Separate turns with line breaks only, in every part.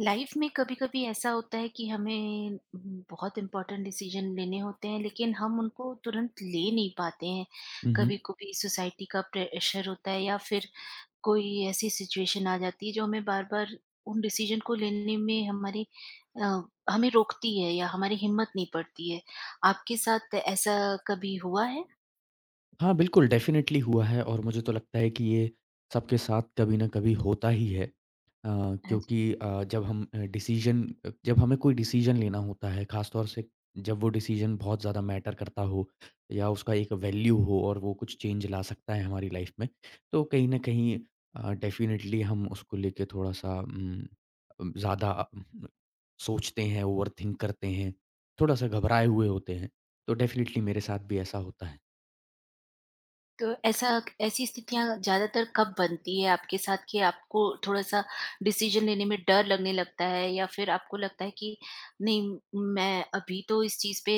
Life में कभी कभी ऐसा होता है कि हमें बहुत इंपॉर्टेंट डिसीजन लेने होते हैं लेकिन हम उनको तुरंत ले नहीं पाते हैं।
हुँ,
कभी
हुँ।
कभी सोसाइटी का प्रेशर होता है या फिर कोई ऐसी सिचुएशन आ जाती है जो हमें बार बार उन डिसीजन को लेने में अ, हमें रोकती है या हमारी हिम्मत नहीं पड़ती है। आपके साथ ऐसा कभी हुआ है?
हाँ, बिल्कुल डेफ़िनेटली हुआ है और मुझे तो लगता है कि ये सबके साथ कभी न कभी होता ही है।
हाँ,
क्योंकि जब हम जब हमें कोई डिसीज़न लेना होता है, ख़ासतौर से जब वो डिसीज़न बहुत ज़्यादा मैटर करता हो या उसका एक वैल्यू हो और वो कुछ चेंज ला सकता है हमारी लाइफ़ में, तो कहीं न कहीं डेफ़िनेटली हम उसको लेके थोड़ा-सा ज़्यादा सोचते हैं, ओवरथिंक करते हैं, थोड़ा-सा घबराए हुए होते हैं। तो डेफ़िनेटली मेरे साथ भी ऐसा होता है।
तो ऐसा ऐसी स्थितियाँ ज़्यादातर कब बनती है आपके साथ कि आपको थोड़ा-सा डिसीज़न लेने में डर लगने लगता है या फिर आपको लगता है कि नहीं, मैं अभी तो इस चीज़ पे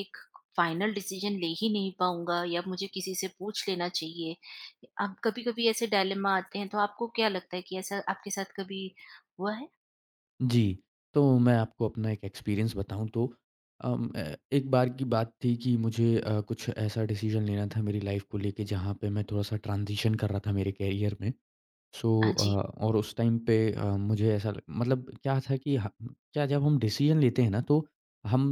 एक फाइनल डिसीज़न ले ही नहीं पाऊँगा या मुझे किसी से पूछ लेना चाहिए। अब कभी-कभी ऐसे डायलेमा आते हैं, तो आपको क्या लगता है कि ऐसा आपके साथ कभी हुआ है?
जी, तो मैं आपको अपना एक एक्सपीरियंस बताऊँ तो अम, अ, एक बार की बात थी कि मुझे कुछ ऐसा डिसीज़न लेना था मेरी लाइफ़ को लेके जहाँ पे मैं थोड़ा-सा ट्रांज़िशन कर रहा था मेरे करियर में। सो
हाँ
अ,
जी,
और उस टाइम पे मुझे ऐसा ल मतलब क्या था कि ह क्या जब हम डिसीज़न लेते हैं ना तो हम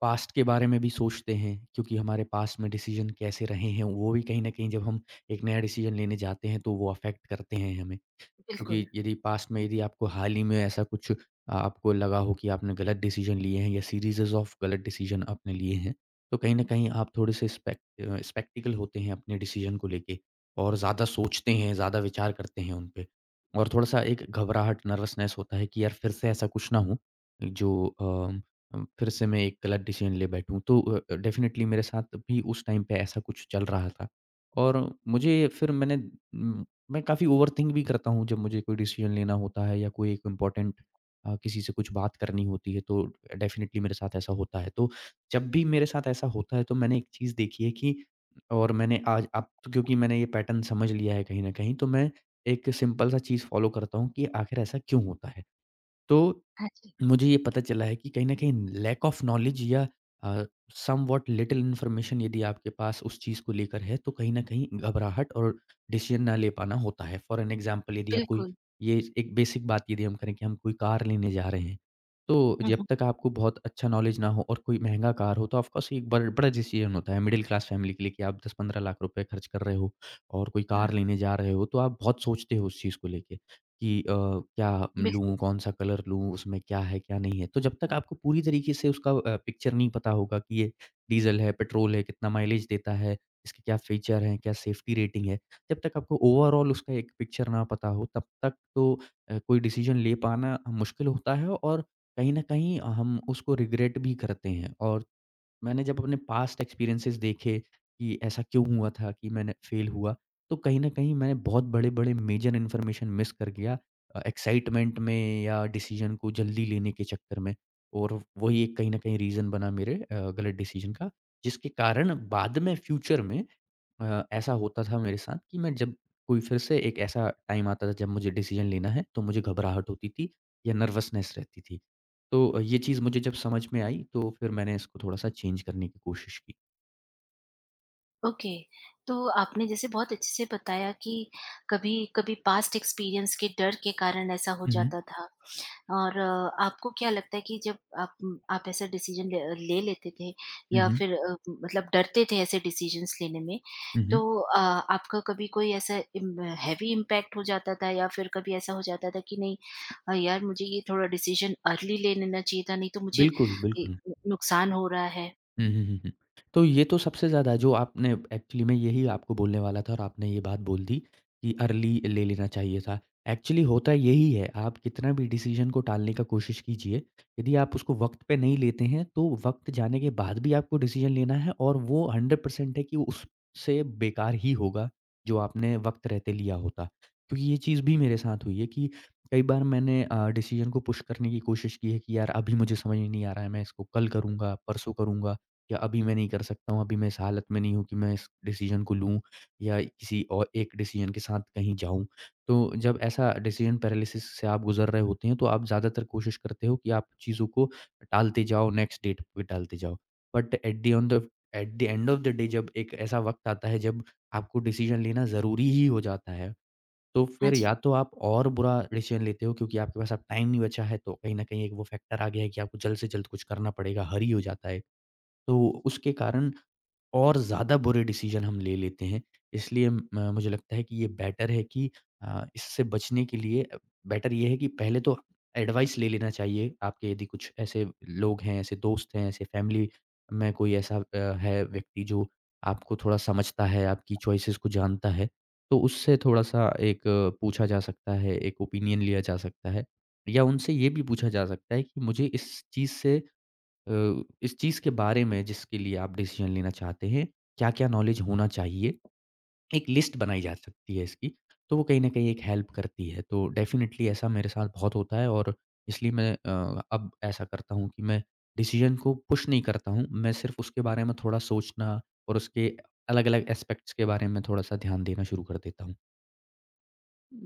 पास्ट के बारे में भी सोचते हैं क्योंकि हमारे पास्ट में डिसीज़न कैसे रहे हैं, वो भी कहीं न कहीं जब हम एक नया डिसीज़न लेने जाते हैं तो वो अफ़ेक्ट करते हैं हमें।
बिल्कुल।
क्योंकि यदि पास्ट में यदि आपको हाल ही में ऐसा कुछ आपको लगा हो कि आपने गलत डिसीजन लिए हैं या सीरीज़ेज़ ऑफ गलत डिसीजन आपने लिए हैं, तो कहीं न कहीं आप थोड़े-से स्पेक्टिकल होते हैं अपने डिसीजन को लेके और ज़्यादा सोचते हैं, ज़्यादा विचार करते हैं उन पे। और थोड़ा-सा एक घबराहट, नर्वसनेस होता है कि यार फिर से ऐसा कुछ ना हो जो फिर से मैं एक गलत डिसीजन ले बैठूँ। तो डेफ़िनिटली मेरे साथ भी उस टाइम पे ऐसा कुछ चल रहा था और मुझे फिर मैंने मैं काफ़ी ओवरथिंक भी करता हूँ जब मुझे कोई डिसीजन लेना होता है या कोई एक इम्पोर्टेंट किसी से कुछ बात करनी होती है तो डेफ़िनेटली मेरे साथ ऐसा होता है। तो जब भी मेरे साथ ऐसा होता है तो मैंने एक चीज़ देखी है कि और मैंने आज अब तो क्योंकि मैंने ये पैटर्न समझ लिया है कहीं न कहीं तो मैं एक सिंपल सा चीज़ फ़ॉलो करता हूँ कि आखिर ऐसा क्यों होता है? तो
हाँ जी,
मुझे ये पता चला है कि कहीं न कहीं लैक ऑफ नॉलेज या अ, समव्हाट लिटिल इन्फॉर्मेशन यदि आपके पास उस चीज़ को लेकर है, तो कहीं न कहीं घबराहट और डिसीज़न ना ले पाना होता है। फॉर एन एग्ज़ाम्पल यदि आप कोई
बिल्कुल।
ये एक बेसिक बात यदि हम करें कि हम कोई कार लेने जा रहे हैं, तो
हुँ,
जब
हुँ।
तक आपको बहुत अच्छा नॉलेज ना हो और कोई महँगा कार हो, तो ऑफ़ कोर्स एक बड़ा डिसीज़न होता है मिडल क्लास फैमिली के लिए कि आप 10-15 लाख रुपए खर्च कर रहे हो और कोई
हाँ,
कार लेने जा रहे हो, तो आप बहुत सोचते हो उस चीज़ को लेके। कि क्या
बिल्कुल।
लूँ, कौन-सा कलर लूँ, उसमें क्या है, क्या नहीं है। तो जब तक आपको पूरी तरीके से उसका पिक्चर नहीं पता होगा कि ये डीज़ल है, पेट्रोल है, कितना माइलेज देता है, इसके क्या फीचर हैं, क्या सेफ्टी रेटिंग है। जब तक आपको ओवरऑल उसका एक पिक्चर ना पता हो, तब तक तो कोई डिसीज़न ले पाना मुश्किल होता है और कहीं न कहीं हम उसको रिग्रेट भी करते हैं और मैंने जब अपने पास्ट एक्सपीरियंसेस देखे कि ऐसा क्यों हुआ था कि मैंने फेल हुआ, तो कहीं न कहीं मैंने बहुत बड़े-बड़े मेजर इन्फॉर्मेशन मिस कर गया एक्साइटमेंट में या डिसीज़न को जल्दी लेने के चक्कर में। और वही एक कहीं न कहीं रीज़न बना मेरे गलत डिसीज़न का, जिसके कारण बाद में फ्यूचर में ऐसा होता था मेरे साथ कि मैं जब कोई फिर से एक ऐसा टाइम आता था जब मुझे डिसीजन लेना है तो मुझे घबराहट होती थी या नर्वसनेस रहती थी। तो ये चीज़ मुझे जब समझ में आई तो फिर मैंने इसको थोड़ा-सा चेंज करने की कोशिश की।
ओके, तो आपने जैसे बहुत अच्छे से बताया कि कभी कभी पास्ट एक्सपीरियंस के डर के कारण ऐसा हो
हुँ, हुँ।
जाता था। और आपको क्या लगता है कि जब आप ऐसा ले लेते थे
हुँ,
या
हुँ।
फिर मतलब डरते थे ऐसे डिसीजंस लेने में,
हुँ, हुँ।
तो आपका कभी कोई ऐसा हैवी इम्पैक्ट हो जाता था या फिर कभी ऐसा हो जाता था कि नहीं यार मुझे ये थोड़ा डिसीजन अर्ली ले लेना चाहिए था नहीं तो मुझे
बिल्कुल,
ए,
बिल्कुल।
नुकसान हो रहा है।
हुँ, हुँ, हुँ, हुँ। तो ये तो सबसे ज़्यादा जो आपने एक्चुअली मैं यही आपको बोलने वाला था और आपने ये बात बोल दी कि अर्ली ले लेना चाहिए था। एक्चुअली होता यही है, आप कितना भी डिसीज़न को टालने का कोशिश कीजिए, यदि आप उसको वक़्त पे नहीं लेते हैं, तो वक़्त जाने के बाद भी आपको डिसीज़न लेना है और वो 100% है कि वो उससे बेकार ही होगा, जो आपने वक़्त रहते लिया होता। क्योंकि ये चीज़ भी मेरे साथ हुई है कि कई बार मैंने डिसीज़न को पुश करने की कोशिश की है कि यार अभी मुझे समझ में नहीं आ रहा है, मैं इसको कल करूँगा, परसों करूँगा। या अभी मैं नहीं कर सकता हूँ, अभी मैं इस हालत में नहीं हूँ कि मैं इस डिसीज़न को लूँ या किसी और एक डिसीज़न के साथ कहीं जाऊँ। तो जब ऐसा डिसीज़न पैरालिसिस से आप गुज़र रहे होते हैं, तो आप ज़्यादातर कोशिश करते हो कि आप चीज़ों को टालते जाओ, नेक्स्ट डेट पे टालते जाओ। But at the on the at the end of the day जब एक ऐसा वक़्त आता है जब आपको डिसीज़न लेना ज़रूरी ही हो जाता है, तो
हाँ
फिर
जी।
या तो आप और बुरा डिसीज़न लेते हो क्योंकि आपके पास अब टाइम नहीं बचा है, तो कहीं न कहीं एक वो फैक्टर आ गया है कि आपको जल्द से जल्द कुछ करना पड़ेगा, हरी हो जाता है। तो उसके कारण और ज़्यादा बुरे डिसीज़न हम ले लेते हैं। इसलिए मुझे लगता है कि ये बेटर है कि इससे बचने के लिए बेटर ये है कि पहले तो एडवाइस ले लेना चाहिए। आपके यदि कुछ ऐसे लोग हैं, ऐसे दोस्त हैं, ऐसे फ़ैमिली में कोई ऐसा है व्यक्ति जो आपको थोड़ा समझता है, आपकी चॉइसेस को जानता है, तो उससे थोड़ा-सा एक पूछा जा सकता है, एक ओपिनियन लिया जा सकता है। या उनसे ये भी पूछा जा सकता है कि मुझे इस चीज़ से इस चीज़ के बारे में जिसके लिए आप डिसीज़न लेना चाहते हैं, क्या-क्या नॉलेज होना चाहिए, एक लिस्ट बनाई जा सकती है इसकी, तो वो कहीं न कहीं एक हेल्प करती है। तो डेफ़िनिटली ऐसा मेरे साथ बहुत होता है और इसलिए मैं अब ऐसा करता हूँ कि मैं डिसीज़न को पुश नहीं करता हूँ, मैं सिर्फ़ उसके बारे में थोड़ा सोचना और उसके अलग-अलग एस्पेक्ट्स के बारे में थोड़ा-सा ध्यान देना शुरू कर देता हूँ।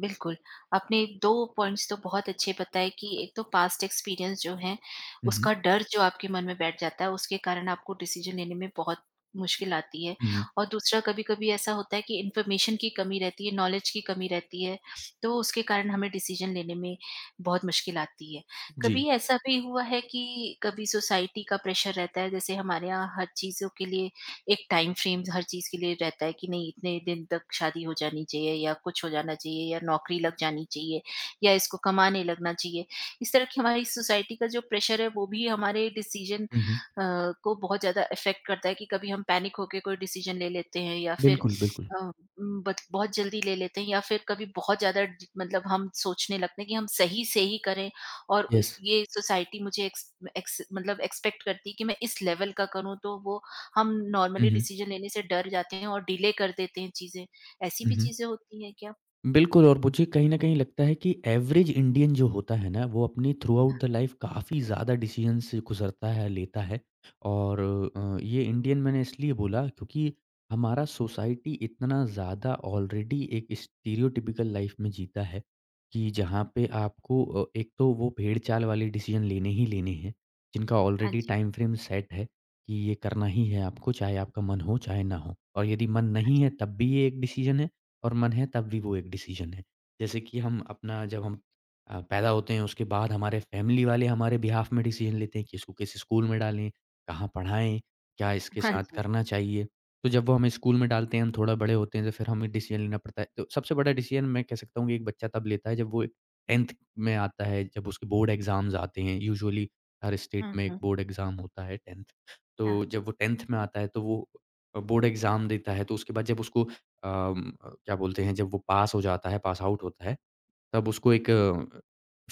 बिल्कुल, आपने 2 पॉइंट्स तो बहुत अच्छे बताए कि एक तो पास्ट एक्सपीरियंस जो है,
हुँ, हुँ।
उसका डर जो आपके मन में बैठ जाता है, उसके कारण आपको डिसीज़न लेने में बहुत मुश्किल आती है।
हुँ, हुँ।
और दूसरा कभी-कभी ऐसा होता है कि इन्फॉर्मेशन की कमी रहती है, नॉलेज की कमी रहती है, तो उसके कारण हमें डिसीज़न लेने में बहुत मुश्किल आती है।
जी।
कभी ऐसा भी हुआ है कि कभी सोसाइटी का प्रेशर रहता है, जैसे हमारे यहाँ हर चीज़ों के लिए एक टाइम फ्रेम हर चीज़ के लिए रहता है कि नहीं इतने दिन तक शादी हो जानी चाहिए या कुछ हो जाना चाहिए या नौकरी लग जानी चाहिए या इसको कमाने लगना चाहिए। इस तरह की हमारी सोसाइटी का जो प्रेशर है वो भी हमारे डिसीज़न
हुँ, हुँ।
अ, को बहुत ज़्यादा इफ़ेक्ट करता है कि कभी हम पैनिक होके कोई डिसीज़न ले लेते हैं या फिर
बिल्कुल, बिल्कुल।
अ, उम, बत बहुत जल्दी ले लेते हैं या फिर कभी बहुत ज़्यादा ज मतलब हम सोचने लगते हैं कि हम सही से ही करें। और
यस।
इस ये सोसाइटी मुझे एक्स एक्स मतलब एक्सपेक्ट करती है कि मैं इस लेवल का करूँ तो वो हम
हुँ,
नॉर्मली
हुँ।
डिसीजन लेने से डर जाते हैं और डिले कर देते हैं चीज़ें। ऐसी
हुँ,
भी
हुँ।
चीज़ें होती हैं क्या?
बिल्कुल और मुझे कहीं न कहीं लगता है कि एवरेज इंडियन जो होता है ना, वो अपनी थ्रू आउट द लाइफ़ काफ़ी ज़्यादा डिसीज़न से गुज़रता है, लेता है और ये इंडियन मैंने इसलिए बोला क्योंकि हमारा सोसाइटी इतना ज़्यादा ऑलरेडी एक स्टीरियोटिपिकल लाइफ़ में जीता है कि जहाँ पे आपको एक तो वो भेड़-चाल वाले डिसीज़न लेने ही लेने हैं, जिनका
हाँ
ऑलरेडी
जी,
टाइम फ्रेम सेट है कि ये करना ही है आपको, चाहे आपका मन हो, चाहे ना हो और यदि मन नहीं है, तब भी ये एक डिसीज़न है। और मन है तब भी वो एक डिसीज़न है। जैसे कि हम अपना जब हम पैदा होते हैं उसके बाद हमारे फैमिली वाले हमारे बिहाफ़ में डिसीज़न लेते हैं कि इसको किस स्कूल में डालें, कहाँ पढ़ाएँ, क्या इसके
हाँ
साथ
जी।
करना चाहिए। तो जब वो हमें स्कूल में डालते हैं, हम थोड़ा बड़े होते हैं तो फिर हमें डिसीज़न लेना पड़ता है। तो सबसे बड़ा डिसीज़न मैं कह सकता हूँ कि एक बच्चा तब लेता है जब वो 10th में आता है, जब उसके बोर्ड एग्ज़ाम्स आते हैं। यूजुअली हर स्टेट
हुँ,
में एक
हुँ।
बोर्ड एग्ज़ाम होता है 10th।
हाँ,
तो जब वो 10th में आता है तो वो बोर्ड एग्ज़ाम देता है, तो उसके बाद जब उसको क्या बोलते हैं जब वो पास हो जाता है, पास आउट होता है, तब उसको एक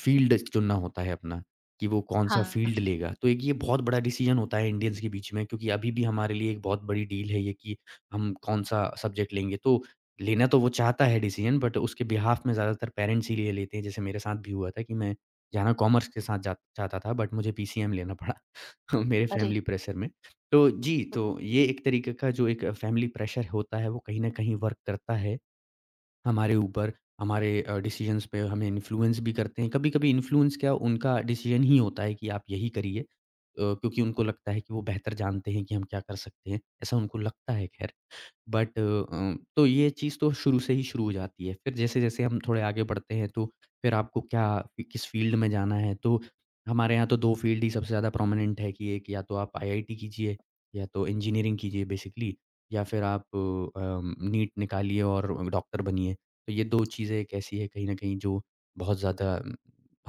फ़ील्ड चुनना होता है अपना, कि वो कौन-सा
हाँ
फ़ील्ड
जी।
लेगा। तो एक ये बहुत बड़ा डिसीज़न होता है इंडियंस के बीच में क्योंकि अभी भी हमारे लिए एक बहुत बड़ी डील है ये कि हम कौन-सा सब्जेक्ट लेंगे। तो लेना तो वो चाहता है डिसीज़न बट उसके बिहाफ़ में ज़्यादातर पेरेंट्स ही ले लेते हैं। जैसे मेरे साथ भी हुआ था कि मैं जाना कॉमर्स के साथ जा चाहता था बट मुझे पीसीएम लेना पड़ा मेरे
अरे!
फ़ैमिली प्रेशर में। तो जी,
तो
तो ये एक तरीके का जो एक फ़ैमिली प्रेशर होता है वो कहीं न कहीं वर्क करता है। हमारे ऊपर, हमारे डिसीज़न्स पे हमें इन्फ्लुएंस भी करते हैं। कभी-कभी इन्फ्लुएंस क्या उनका डिसीज़न ही होता है कि आप यही करिए क्योंकि उनको लगता है कि वो बेहतर जानते हैं कि हम क्या कर सकते हैं, ऐसा उनको लगता है खैर। बट तो ये चीज़ तो शुरू से ही शुरू हो जाती है। फिर जैसे-जैसे हम थोड़े आगे बढ़ते हैं तो फिर आपको क्या किस फ़ील्ड में जाना है, तो हमारे यहाँ तो 2 फ़ील्ड ही सबसे ज़्यादा प्रोमिनेंट है कि एक या तो आप आईआईटी कीजिए या तो इंजीनियरिंग कीजिए बेसिकली या फिर आप नीट निकालिए और डॉक्टर बनिए। तो ये 2 चीज़ें एक ऐसी है कहीं न कहीं जो बहुत ज़्यादा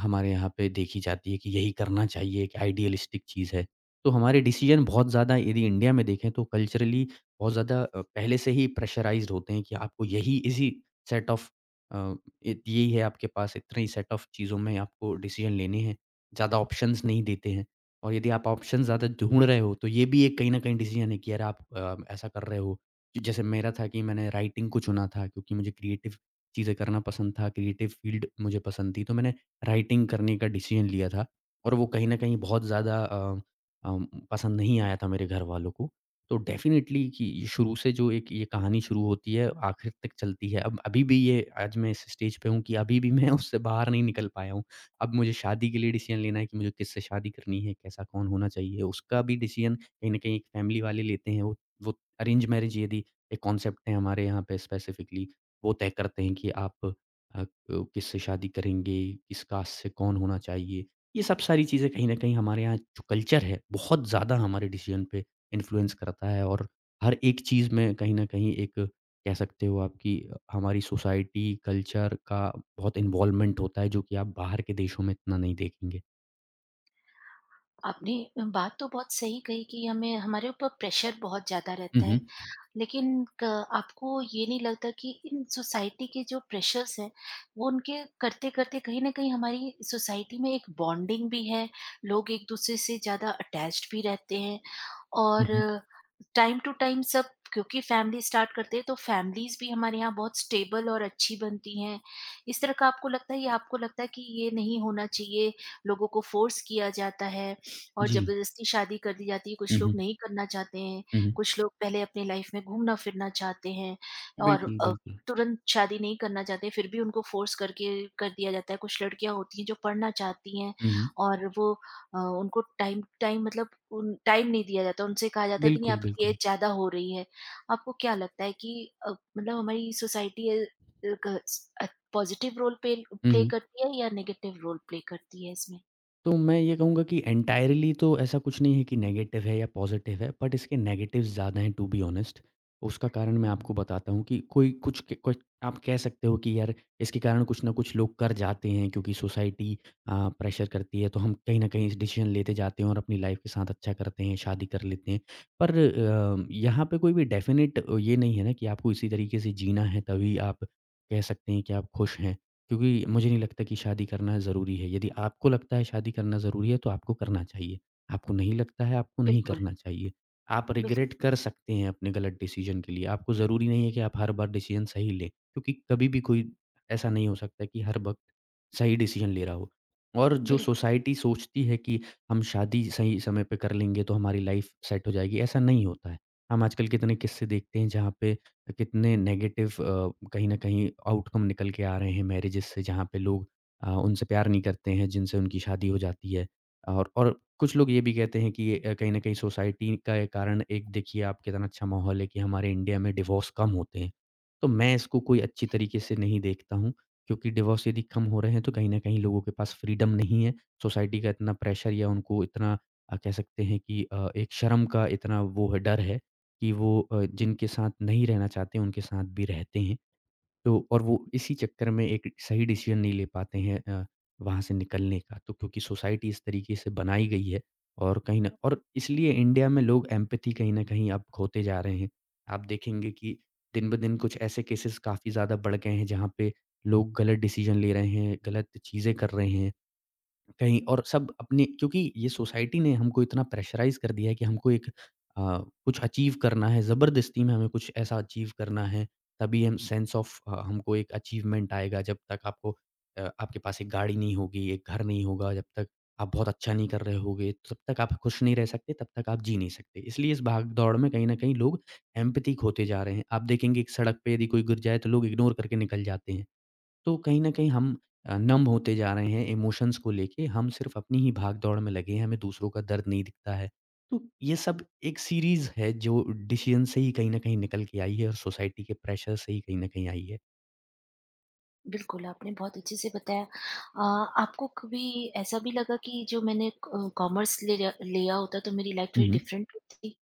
हमारे यहाँ पे देखी जाती है कि यही करना चाहिए, एक आइडियलिस्टिक चीज़ है। तो हमारे डिसीज़न बहुत ज़्यादा यदि इंडिया में देखें तो कल्चरली बहुत ज़्यादा पहले से ही प्रेशराइज़्ड होते हैं कि आपको यही इसी सेट ऑफ अ, इत यही है आपके पास, इतने ही सेट ऑफ चीज़ों में आपको डिसीज़न लेने हैं। ज़्यादा ऑप्शंस नहीं देते हैं और यदि आप ऑप्शन ज़्यादा ढूँढ रहे हो, तो ये भी एक कहीं न कहीं डिसीज़न है कि यार आप ऐसा कर रहे हो कि जैसे मेरा था कि मैंने राइटिंग को चुना था क्योंकि मुझे क्रिएटिव चीज़ें करना पसंद था, क्रिएटिव फ़ील्ड मुझे पसंद थी, तो मैंने राइटिंग करने का डिसीज़न लिया था और वो कहीं न कहीं बहुत ज़्यादा पसंद नहीं आया था मेरे घरवालों को। तो डेफ़िनेटली कि ये शुरू से जो एक ये कहानी शुरू होती है, आखिर तक चलती है। अब अभी भी ये आज मैं इस स्टेज पे हूँ कि अभी भी मैं उससे बाहर नहीं निकल पाया हूँ। अब मुझे शादी के लिए डिसीज़न लेना है कि मुझे किससे शादी करनी है, कैसा कौन होना चाहिए। उसका भी डिसीज़न कहीं न कहीं फैमिली वाले लेते हैं। वो अरेंज मैरेज यदि एक कॉन्सेप्ट है हमारे यहाँ पे स्पेसिफिकली, वो तय करते हैं कि आप अ, किससे शादी करेंगे, किस कास्ट से कौन होना चाहिए। ये सब सारी चीज़ें कहीं न कहीं हमारे यहाँ जो कल्चर है, बहुत ज़्यादा हमारे डिसीज़न पे इन्फ्लुएंस करता है और हर एक चीज़ में कहीं न कहीं एक कह सकते हो आप कि हमारी सोसाइटी, कल्चर का बहुत इन्वॉल्वमेंट होता है जो कि आप बाहर के देशों में इतना नहीं देखेंगे।
आपने बात तो बहुत सही कही कि हमें हमारे ऊपर प्रेशर बहुत ज़्यादा
हुँ,
रहता है।
हुँ।
लेकिन क आपको ये नहीं लगता कि इन सोसाइटी के जो प्रेशर्स हैं, वो उनके करते-करते कहीं न कहीं हमारी सोसाइटी में एक बॉन्डिंग भी है, लोग एक-दूसरे से ज़्यादा अटैच्ड भी रहते हैं
हुँ,
और
हुँ।
टाइम टू टाइम सब, क्योंकि फैमिली स्टार्ट करते हैं, तो फैमिलीज़ भी हमारे यहाँ बहुत स्टेबल और अच्छी बनती हैं। इस तरह का आपको लगता है या आपको लगता है कि ये नहीं होना चाहिए, लोगों को फ़ोर्स किया जाता है और
जी।
ज़बरदस्ती शादी कर दी जाती है,
हुँ,
कुछ लोग
हुँ।
नहीं करना चाहते हैं।
हुँ, हुँ।
कुछ लोग पहले अपनी लाइफ में घूमना-फिरना चाहते हैं और
बिल्कुल, बिल्कुल।
तुरंत शादी नहीं करना चाहते, फिर भी उनको फ़ोर्स करके कर दिया जाता है। कुछ लड़कियाँ होती हैं जो पढ़ना चाहती हैं
हुँ, हुँ।
और वो अ, उनको टाइम टाइम मतलब उन टाइम नहीं दिया जाता। उनसे कहा जाता है कि नहीं
बिल्कुल,
आपकी
बिल्कुल।
एज ज़्यादा हो रही है। आपको क्या लगता है कि मतलब हमारी सोसाइटी क स अ, पॉज़िटिव रोल प्ले
हुँ,
प्ले
हुँ।
करती है या नेगेटिव रोल प्ले करती है इसमें?
तो मैं ये कहूँगा कि एंटायरली तो ऐसा कुछ नहीं है कि नेगेटिव है या पॉजिटिव है, बट इसके नेगेटिव्स ज़्यादा हैं टू बी ऑनेस्ट। उसका कारण मैं आपको बताता हूँ कि कोई कुछ क कुछ आप कह सकते हो कि यार इसके कारण कुछ न कुछ लोग कर जाते हैं क्योंकि सोसाइटी प्रेशर करती है, तो हम कहीं न कहीं डिसीज़न लेते जाते हैं और अपनी लाइफ़ के साथ अच्छा करते हैं, शादी कर लेते हैं। पर यहाँ पे कोई भी डेफ़िनिट ये नहीं है ना कि आपको इसी तरीके से जीना है तभी आप कह सकते हैं कि आप खुश हैं। क्योंकि मुझे नहीं लगता कि शादी करना ज़रूरी है। यदि आपको लगता है शादी करना ज़रूरी है, तो आपको करना चाहिए। आपको नहीं लगता है, आपको नहीं
बिल्कुल,
करना चाहिए। आप रिग्रेट
बिल्कुल,
कर सकते हैं अपने गलत डिसीज़न के लिए। आपको ज़रूरी नहीं है कि आप हर बार डिसीज़न सही लें, क्योंकि कभी भी कोई ऐसा नहीं हो सकता कि हर वक़्त सही डिसीज़न ले रहा हो। और जो
बिल्कुल।
सोसाइटी सोचती है कि हम शादी सही समय पे कर लेंगे, तो हमारी लाइफ़ सेट हो जाएगी, ऐसा नहीं होता है। हम आजकल कितने किस्से देखते हैं जहाँ पे कितने नेगेटिव कहीं न कहीं आउटकम निकल के आ रहे हैं मैरेजेस से जहाँ पे लोग उनसे प्यार नहीं करते हैं, जिनसे उनकी शादी हो जाती है। और कुछ लोग ये भी कहते हैं कि ये कहीं न कहीं सोसाइटी का ये कारण एक देखिए आप कितना अच्छा माहौल है कि हमारे इंडिया में डिवोर्स कम होते हैं। तो मैं इसको कोई अच्छी तरीके से नहीं देखता हूँ, क्योंकि डिवोर्स यदि कम हो रहे हैं तो कहीं न कहीं लोगों के पास फ्रीडम नहीं है। सोसाइटी का इतना प्रेशर या उनको इतना कह सकते हैं कि एक शर्म का इतना वो है डर है कि वो जिनके साथ नहीं रहना चाहते उनके साथ भी रहते हैं। तो और वो इसी चक्कर में एक सही डिसीज़न नहीं ले पाते हैं वहाँ से निकलने का। तो क्योंकि सोसाइटी इस तरीके से बनाई गई है और कहीं न और इसलिए इंडिया में लोग एम्पैथी कहीं न कहीं अब खोते जा रहे हैं। आप देखेंगे कि दिन-ब-दिन कुछ ऐसे केसेज़ काफ़ी ज़्यादा बढ़ गए हैं जहाँ पे लोग गलत डिसीज़न ले रहे हैं, गलत चीज़ें कर रहे हैं। कहीं और सब अपने क्योंकि ये सोसाइटी ने हमको इतना प्रेशराइज़ कर दिया है कि हमको एक अ, कुछ अचीव करना है, ज़बरदस्ती में हमें कुछ ऐसा अचीव करना है, तभी हम सेंस ऑफ हमको एक अचीवमेंट आएगा। जब तक आपके पास एक गाड़ी नहीं होगी, एक घर नहीं होगा, जब तक आप बहुत अच्छा नहीं कर रहे होगे, तब तक आप खुश नहीं रह सकते, तब तक आप जी नहीं सकते। इसलिए इस भाग-दौड़ में कहीं न कहीं लोग एम्पैथिक होते जा रहे हैं। आप देखेंगे एक सड़क पे यदि कोई गिर जाए, तो लोग इग्नोर करके निकल जाते हैं। तो कहीं न कहीं हम नम होते जा रहे हैं इमोशंस को लेके, हम सिर्फ़ अपनी ही भाग-दौड़ में लगे हैं, हमें दूसरों का दर्द नहीं दिखता है। तो ये सब एक सीरीज़ है जो डिसीज़न से ही कहीं न कहीं निकल के आई है और सोसाइटी के प्रेशर से ही कहीं न कहीं आई है।
बिल्कुल, आपने बहुत अच्छे से बताया। आपको कभी ऐसा भी लगा कि जो मैंने कॉमर्स ले लिया लिया होता तो मेरी लाइफ
हुँ,
थोड़ी
हुँ।
डिफरेंट होती?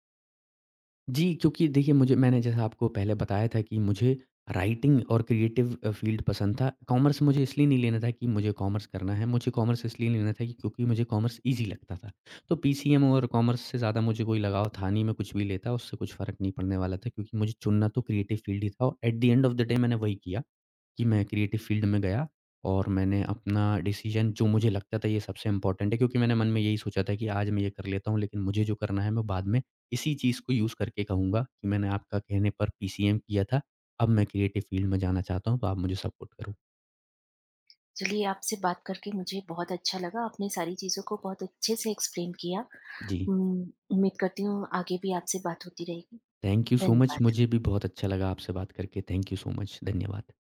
जी, क्योंकि देखिए मुझे मैंने जैसा आपको पहले बताया था कि मुझे राइटिंग और क्रिएटिव फ़ील्ड पसंद था। कॉमर्स मुझे इसलिए नहीं लेना था कि मुझे कॉमर्स करना है, मुझे कॉमर्स इसलिए लेना था कि क्योंकि मुझे कॉमर्स ईज़ी लगता था। तो पीसीएम और कॉमर्स से ज़्यादा मुझे कोई लगाव था नहीं, मैं कुछ भी लेता, उससे कुछ फ़र्क नहीं पड़ने वाला था क्योंकि मुझे चुनना तो क्रिएटिव फ़ील्ड ही था और at the end of the day मैंने वही किया कि मैं क्रिएटिव फ़ील्ड में गया और मैंने अपना डिसीज़न जो मुझे लगता था ये सबसे इम्पोर्टेंट है क्योंकि मैंने मन में यही सोचा था कि आज मैं ये कर लेता हूँ, लेकिन मुझे जो करना है मैं बाद में इसी चीज़ को यूज़ करके कहूँगा कि मैंने आपका कहने पर पीसीएम किया था, अब मैं क्रिएटिव फील्ड में जाना चाहता हूँ, तो आप मुझे सपोर्ट करो।
चलिए आपसे बात करके मुझे बहुत अच्छा लगा। आपने सारी चीज़ों को बहुत अच्छे से एक्सप्लेन किया।
जी,
उम, उम्मीद करती हूँ आगे भी आपसे बात होती रहेगी।
थैंक यू सो मच
धन्यवाद।
मुझे भी बहुत अच्छा लगा आपसे बात करके। Thank you so much. धन्यवाद।